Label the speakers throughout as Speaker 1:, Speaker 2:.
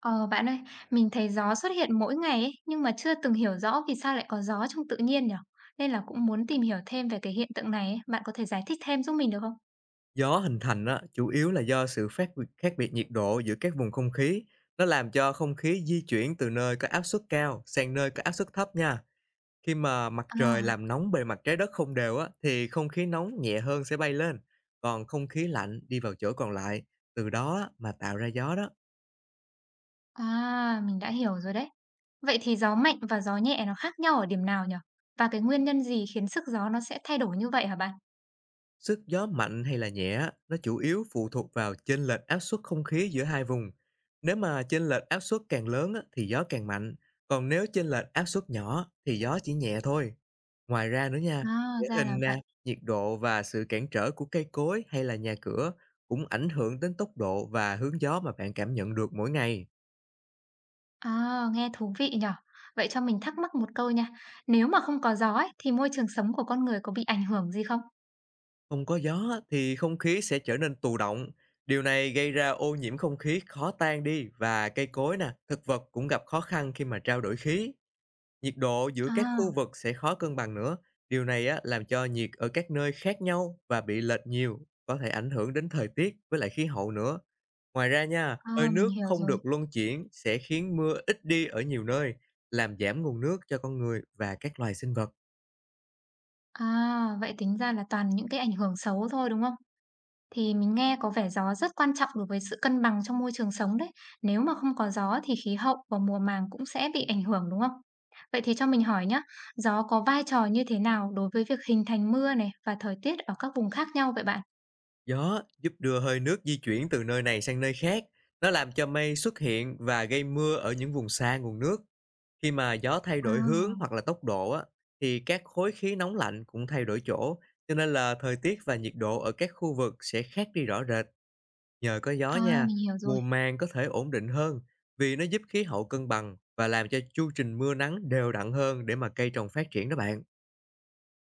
Speaker 1: Ờ, bạn ơi, mình thấy gió xuất hiện mỗi ngày ấy, nhưng mà chưa từng hiểu rõ vì sao lại có gió trong tự nhiên nhỉ? Nên là cũng muốn tìm hiểu thêm về cái hiện tượng này ấy. Bạn có thể giải thích thêm giúp mình được không?
Speaker 2: Gió hình thành á, chủ yếu là do sự khác biệt nhiệt độ giữa các vùng không khí. Nó làm cho không khí di chuyển từ nơi có áp suất cao sang nơi có áp suất thấp nha. Khi mà mặt trời
Speaker 1: À,
Speaker 2: làm nóng bề mặt trái đất không đều á, thì không khí nóng nhẹ hơn sẽ bay lên, còn không khí lạnh đi vào chỗ còn lại. Từ đó á, mà tạo ra gió đó.
Speaker 1: à, mình đã hiểu rồi đấy. Vậy thì gió mạnh và gió nhẹ nó khác nhau ở điểm nào nhỉ? Và cái nguyên nhân gì khiến sức gió nó sẽ thay đổi như vậy hả bạn?
Speaker 2: Sức gió mạnh hay là nhẹ á, nó chủ yếu phụ thuộc vào chênh lệch áp suất không khí giữa hai vùng. Nếu mà chênh lệch áp suất càng lớn á, thì gió càng mạnh, còn nếu chênh lệch áp suất nhỏ thì gió chỉ nhẹ thôi. Ngoài ra nữa nha,
Speaker 1: À,
Speaker 2: địa
Speaker 1: ra là
Speaker 2: hình
Speaker 1: vậy.
Speaker 2: nè, nhiệt độ và sự cản trở của cây cối hay là nhà cửa cũng ảnh hưởng đến tốc độ và hướng gió mà bạn cảm nhận được mỗi ngày.
Speaker 1: À, nghe thú vị nhỉ? Vậy cho mình thắc mắc một câu nha. Nếu mà không có gió ấy, thì môi trường sống của con người có bị ảnh hưởng gì không?
Speaker 2: Không có gió á, thì không khí sẽ trở nên tù động. Điều này gây ra ô nhiễm không khí khó tan đi, và cây cối nè, thực vật cũng gặp khó khăn khi mà trao đổi khí. Nhiệt độ giữa các
Speaker 1: À,
Speaker 2: khu vực sẽ khó cân bằng nữa. Điều này á, làm cho nhiệt ở các nơi khác nhau và bị lệch nhiều, có thể ảnh hưởng đến thời tiết với lại khí hậu nữa. Ngoài ra nha,
Speaker 1: à,
Speaker 2: hơi
Speaker 1: mình
Speaker 2: nước
Speaker 1: hiểu
Speaker 2: không
Speaker 1: rồi.
Speaker 2: được luân chuyển sẽ khiến mưa ít đi ở nhiều nơi, làm giảm nguồn nước cho con người và các loài sinh vật.
Speaker 1: À, vậy tính ra là toàn những cái ảnh hưởng xấu thôi, đúng không? Thì mình nghe có vẻ gió rất quan trọng đối với sự cân bằng trong môi trường sống đấy. Nếu mà không có gió thì khí hậu và mùa màng cũng sẽ bị ảnh hưởng, đúng không? Vậy thì cho mình hỏi nhá, gió có vai trò như thế nào đối với việc hình thành mưa này và thời tiết ở các vùng khác nhau vậy bạn?
Speaker 2: Gió giúp đưa hơi nước di chuyển từ nơi này sang nơi khác. Nó làm cho mây xuất hiện và gây mưa ở những vùng xa nguồn nước. Khi mà gió thay
Speaker 1: À,
Speaker 2: đổi hướng hoặc là tốc độ á, thì các khối khí nóng lạnh cũng thay đổi chỗ, cho nên là thời tiết và nhiệt độ ở các khu vực sẽ khác đi rõ rệt. Nhờ có gió
Speaker 1: à,
Speaker 2: nha,
Speaker 1: mình hiểu rồi.
Speaker 2: mùa màng có thể ổn định hơn, vì nó giúp khí hậu cân bằng và làm cho chu trình mưa nắng đều đặn hơn để mà cây trồng phát triển đó bạn.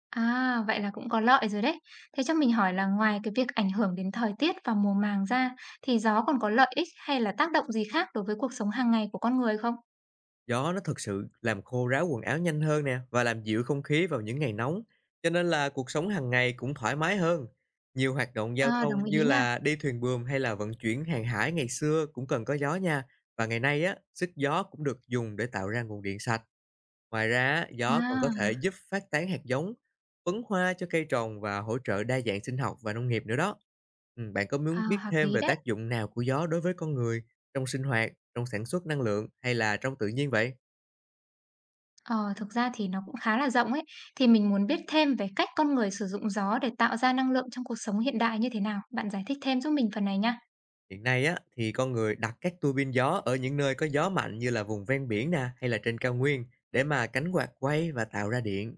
Speaker 1: À, vậy là cũng có lợi rồi đấy. Thế cho mình hỏi là ngoài cái việc ảnh hưởng đến thời tiết và mùa màng ra, thì gió còn có lợi ích hay là tác động gì khác đối với cuộc sống hàng ngày của con người không?
Speaker 2: Gió nó thực sự làm khô ráo quần áo nhanh hơn nè, và làm dịu không khí vào những ngày nóng, cho nên là cuộc sống hàng ngày cũng thoải mái hơn. Nhiều hoạt động giao
Speaker 1: À, đồng
Speaker 2: thông như
Speaker 1: ý nha.
Speaker 2: là đi thuyền buồm hay là vận chuyển hàng hải ngày xưa cũng cần có gió nha. Và ngày nay á, sức gió cũng được dùng để tạo ra nguồn điện sạch. Ngoài ra, á, gió còn có
Speaker 1: À,
Speaker 2: thể giúp phát tán hạt giống, phấn hoa cho cây trồng, và hỗ trợ đa dạng sinh học và nông nghiệp nữa đó. Ừ, bạn có
Speaker 1: à,
Speaker 2: muốn biết
Speaker 1: hợp
Speaker 2: thêm
Speaker 1: lý
Speaker 2: về
Speaker 1: đấy.
Speaker 2: tác dụng nào của gió đối với con người trong sinh hoạt, trong sản xuất năng lượng, hay là trong tự nhiên vậy?
Speaker 1: Ờ, thực ra thì nó cũng khá là rộng ấy. Thì mình muốn biết thêm về cách con người sử dụng gió để tạo ra năng lượng trong cuộc sống hiện đại như thế nào. Bạn giải thích thêm giúp mình phần này nha.
Speaker 2: Hiện nay á, thì con người đặt các tua bin gió ở những nơi có gió mạnh như là vùng ven biển nè, hay là trên cao nguyên, để mà cánh quạt quay và tạo ra điện.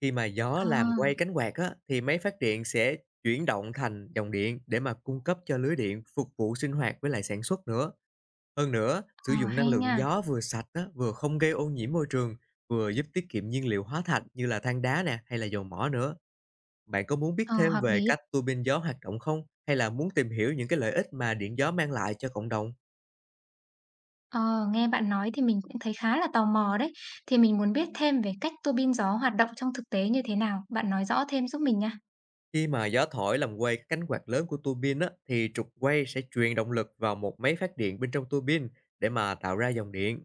Speaker 2: Khi mà gió
Speaker 1: Ờ,
Speaker 2: làm quay cánh quạt á, thì máy phát điện sẽ chuyển động thành dòng điện để mà cung cấp cho lưới điện phục vụ sinh hoạt với lại sản xuất nữa. Hơn nữa, sử
Speaker 1: ờ,
Speaker 2: dụng năng
Speaker 1: hay
Speaker 2: lượng
Speaker 1: nha.
Speaker 2: gió vừa sạch á, vừa không gây ô nhiễm môi trường, vừa giúp tiết kiệm nhiên liệu hóa thạch như là than đá nè, hay là dầu mỏ nữa. Bạn có muốn biết
Speaker 1: Ờ,
Speaker 2: thêm
Speaker 1: hợp
Speaker 2: về
Speaker 1: lý.
Speaker 2: cách tua bin gió hoạt động không? Hay là muốn tìm hiểu những cái lợi ích mà điện gió mang lại cho cộng đồng?
Speaker 1: Ờ, nghe bạn nói thì mình cũng thấy khá là tò mò đấy. Thì mình muốn biết thêm về cách tua bin gió hoạt động trong thực tế như thế nào. Bạn nói rõ thêm giúp mình nha.
Speaker 2: Khi mà gió thổi làm quay các cánh quạt lớn của tua bin á, thì trục quay sẽ truyền động lực vào một máy phát điện bên trong tua bin để mà tạo ra dòng điện.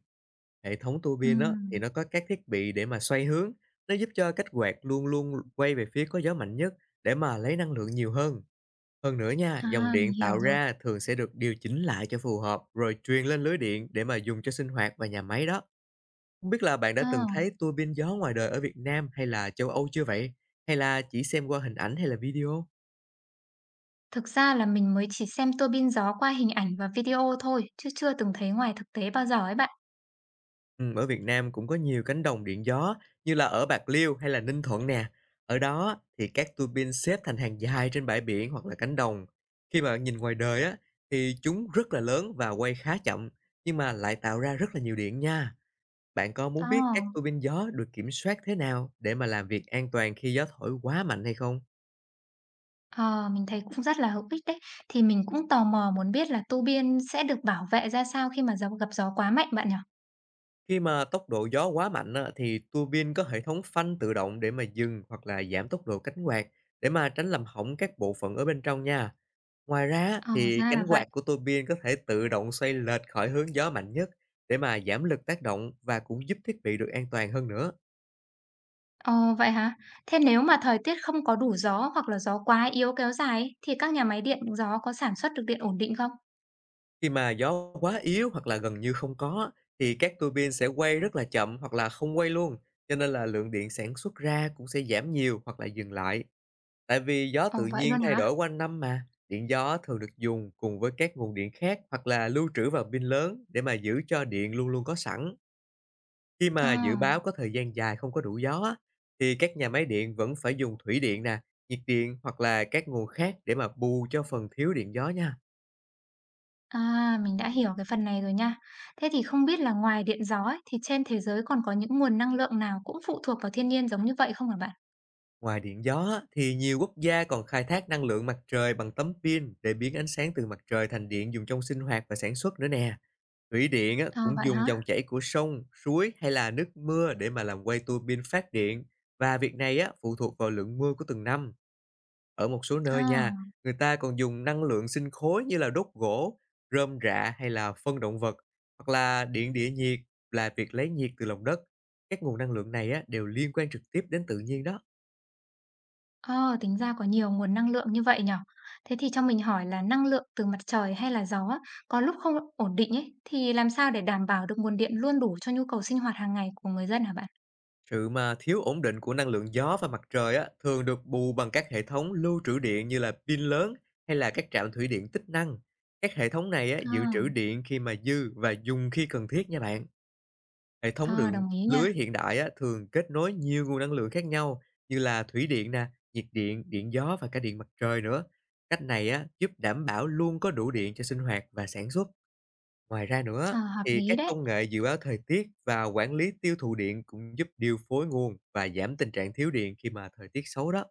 Speaker 2: Hệ thống tua bin á, thì
Speaker 1: Ừm,
Speaker 2: nó có các thiết bị để mà xoay hướng. Nó giúp cho cách quạt luôn luôn quay về phía có gió mạnh nhất, để mà lấy năng lượng nhiều hơn. Hơn nữa nha, dòng
Speaker 1: à, mình
Speaker 2: điện
Speaker 1: hiểu
Speaker 2: tạo
Speaker 1: rồi.
Speaker 2: ra thường sẽ được điều chỉnh lại cho phù hợp, rồi truyền lên lưới điện để mà dùng cho sinh hoạt và nhà máy đó. Không biết là bạn đã
Speaker 1: Ờ.
Speaker 2: từng thấy tua bin gió ngoài đời ở Việt Nam hay là châu Âu chưa vậy? Hay là chỉ xem qua hình ảnh hay là video?
Speaker 1: Thực ra là mình mới chỉ xem tua bin gió qua hình ảnh và video thôi, chứ chưa từng thấy ngoài thực tế bao giờ ấy bạn.
Speaker 2: Ở Việt Nam cũng có nhiều cánh đồng điện gió, như là ở Bạc Liêu hay là Ninh Thuận nè. Ở đó thì các tua bin xếp thành hàng dài trên bãi biển hoặc là cánh đồng. Khi mà nhìn ngoài đời á, thì chúng rất là lớn và quay khá chậm, nhưng mà lại tạo ra rất là nhiều điện nha. Bạn có
Speaker 1: Ờ,
Speaker 2: muốn biết các tua bin gió được kiểm soát thế nào để mà làm việc an toàn khi gió thổi quá mạnh hay không?
Speaker 1: ờ, mình thấy cũng rất là hữu ích đấy. Thì mình cũng tò mò muốn biết là tua bin sẽ được bảo vệ ra sao khi mà gió gặp gió quá mạnh bạn nhỉ?
Speaker 2: Khi mà tốc độ gió quá mạnh á, thì tua bin có hệ thống phanh tự động để mà dừng hoặc là giảm tốc độ cánh quạt, để mà tránh làm hỏng các bộ phận ở bên trong nha. Ngoài ra á,
Speaker 1: Ờ,
Speaker 2: thì
Speaker 1: ra là
Speaker 2: cánh
Speaker 1: vậy.
Speaker 2: quạt của tua bin có thể tự động xoay lệch khỏi hướng gió mạnh nhất, để mà giảm lực tác động và cũng giúp thiết bị được an toàn hơn nữa.
Speaker 1: Ờ, vậy hả? Thế nếu mà thời tiết không có đủ gió hoặc là gió quá yếu kéo dài ấy, thì các nhà máy điện gió có sản xuất được điện ổn định không?
Speaker 2: Khi mà gió quá yếu hoặc là gần như không có, thì các tua bin sẽ quay rất là chậm hoặc là không quay luôn, cho nên là lượng điện sản xuất ra cũng sẽ giảm nhiều hoặc là dừng lại. Tại vì gió
Speaker 1: Ờ,
Speaker 2: tự
Speaker 1: vậy
Speaker 2: nhiên
Speaker 1: luôn
Speaker 2: thay
Speaker 1: hả?
Speaker 2: đổi quanh năm mà, điện gió thường được dùng cùng với các nguồn điện khác, hoặc là lưu trữ vào pin lớn để mà giữ cho điện luôn luôn có sẵn. Khi
Speaker 1: Ờ.
Speaker 2: mà dự báo có thời gian dài không có đủ gió á, thì các nhà máy điện vẫn phải dùng thủy điện nè, nhiệt điện, hoặc là các nguồn khác để mà bù cho phần thiếu điện gió nha.
Speaker 1: À, mình đã hiểu cái phần này rồi nha. Thế thì không biết là ngoài điện gió ấy, thì trên thế giới còn có những nguồn năng lượng nào cũng phụ thuộc vào thiên nhiên giống như vậy không hả bạn?
Speaker 2: Ngoài điện gió á, thì nhiều quốc gia còn khai thác năng lượng mặt trời bằng tấm pin, để biến ánh sáng từ mặt trời thành điện dùng trong sinh hoạt và sản xuất nữa nè. Thủy điện á,
Speaker 1: Ờ,
Speaker 2: cũng
Speaker 1: vậy
Speaker 2: dùng
Speaker 1: hả?
Speaker 2: dòng chảy của sông, suối hay là nước mưa để mà làm quay tua pin phát điện, và việc này á, phụ thuộc vào lượng mưa của từng năm. Ở một số nơi nha,
Speaker 1: À,
Speaker 2: người ta còn dùng năng lượng sinh khối như là đốt gỗ, rơm rạ hay là phân động vật, hoặc là điện địa nhiệt, là việc lấy nhiệt từ lòng đất. Các nguồn năng lượng này á, đều liên quan trực tiếp đến tự nhiên đó.
Speaker 1: ờ, tính ra có nhiều nguồn năng lượng như vậy nhở. Thế thì cho mình hỏi là năng lượng từ mặt trời hay là gió á, có lúc không ổn định ấy, thì làm sao để đảm bảo được nguồn điện luôn đủ cho nhu cầu sinh hoạt hàng ngày của người dân hả bạn?
Speaker 2: Sự mà thiếu ổn định của năng lượng gió và mặt trời á, thường được bù bằng các hệ thống lưu trữ điện, như là pin lớn hay là các trạm thủy điện tích năng. Các hệ thống này á, dự trữ
Speaker 1: À,
Speaker 2: điện khi mà dư và dùng khi cần thiết nha bạn. Hệ thống
Speaker 1: ờ,
Speaker 2: đường
Speaker 1: đồng ý nha.
Speaker 2: lưới hiện đại á, thường kết nối nhiều nguồn năng lượng khác nhau, như là thủy điện nè, nhiệt điện, điện gió và cả điện mặt trời nữa. Cách này á, giúp đảm bảo luôn có đủ điện cho sinh hoạt và sản xuất. Ngoài ra nữa,
Speaker 1: Ờ, hợp
Speaker 2: thì
Speaker 1: lý
Speaker 2: các
Speaker 1: đấy.
Speaker 2: công nghệ dự báo thời tiết và quản lý tiêu thụ điện cũng giúp điều phối nguồn và giảm tình trạng thiếu điện khi mà thời tiết xấu đó.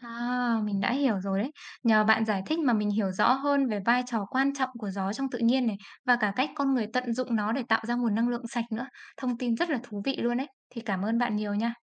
Speaker 1: À, mình đã hiểu rồi đấy. Nhờ bạn giải thích mà mình hiểu rõ hơn về vai trò quan trọng của gió trong tự nhiên này và cả cách con người tận dụng nó để tạo ra nguồn năng lượng sạch nữa. Thông tin rất là thú vị luôn đấy. Thì cảm ơn bạn nhiều nha.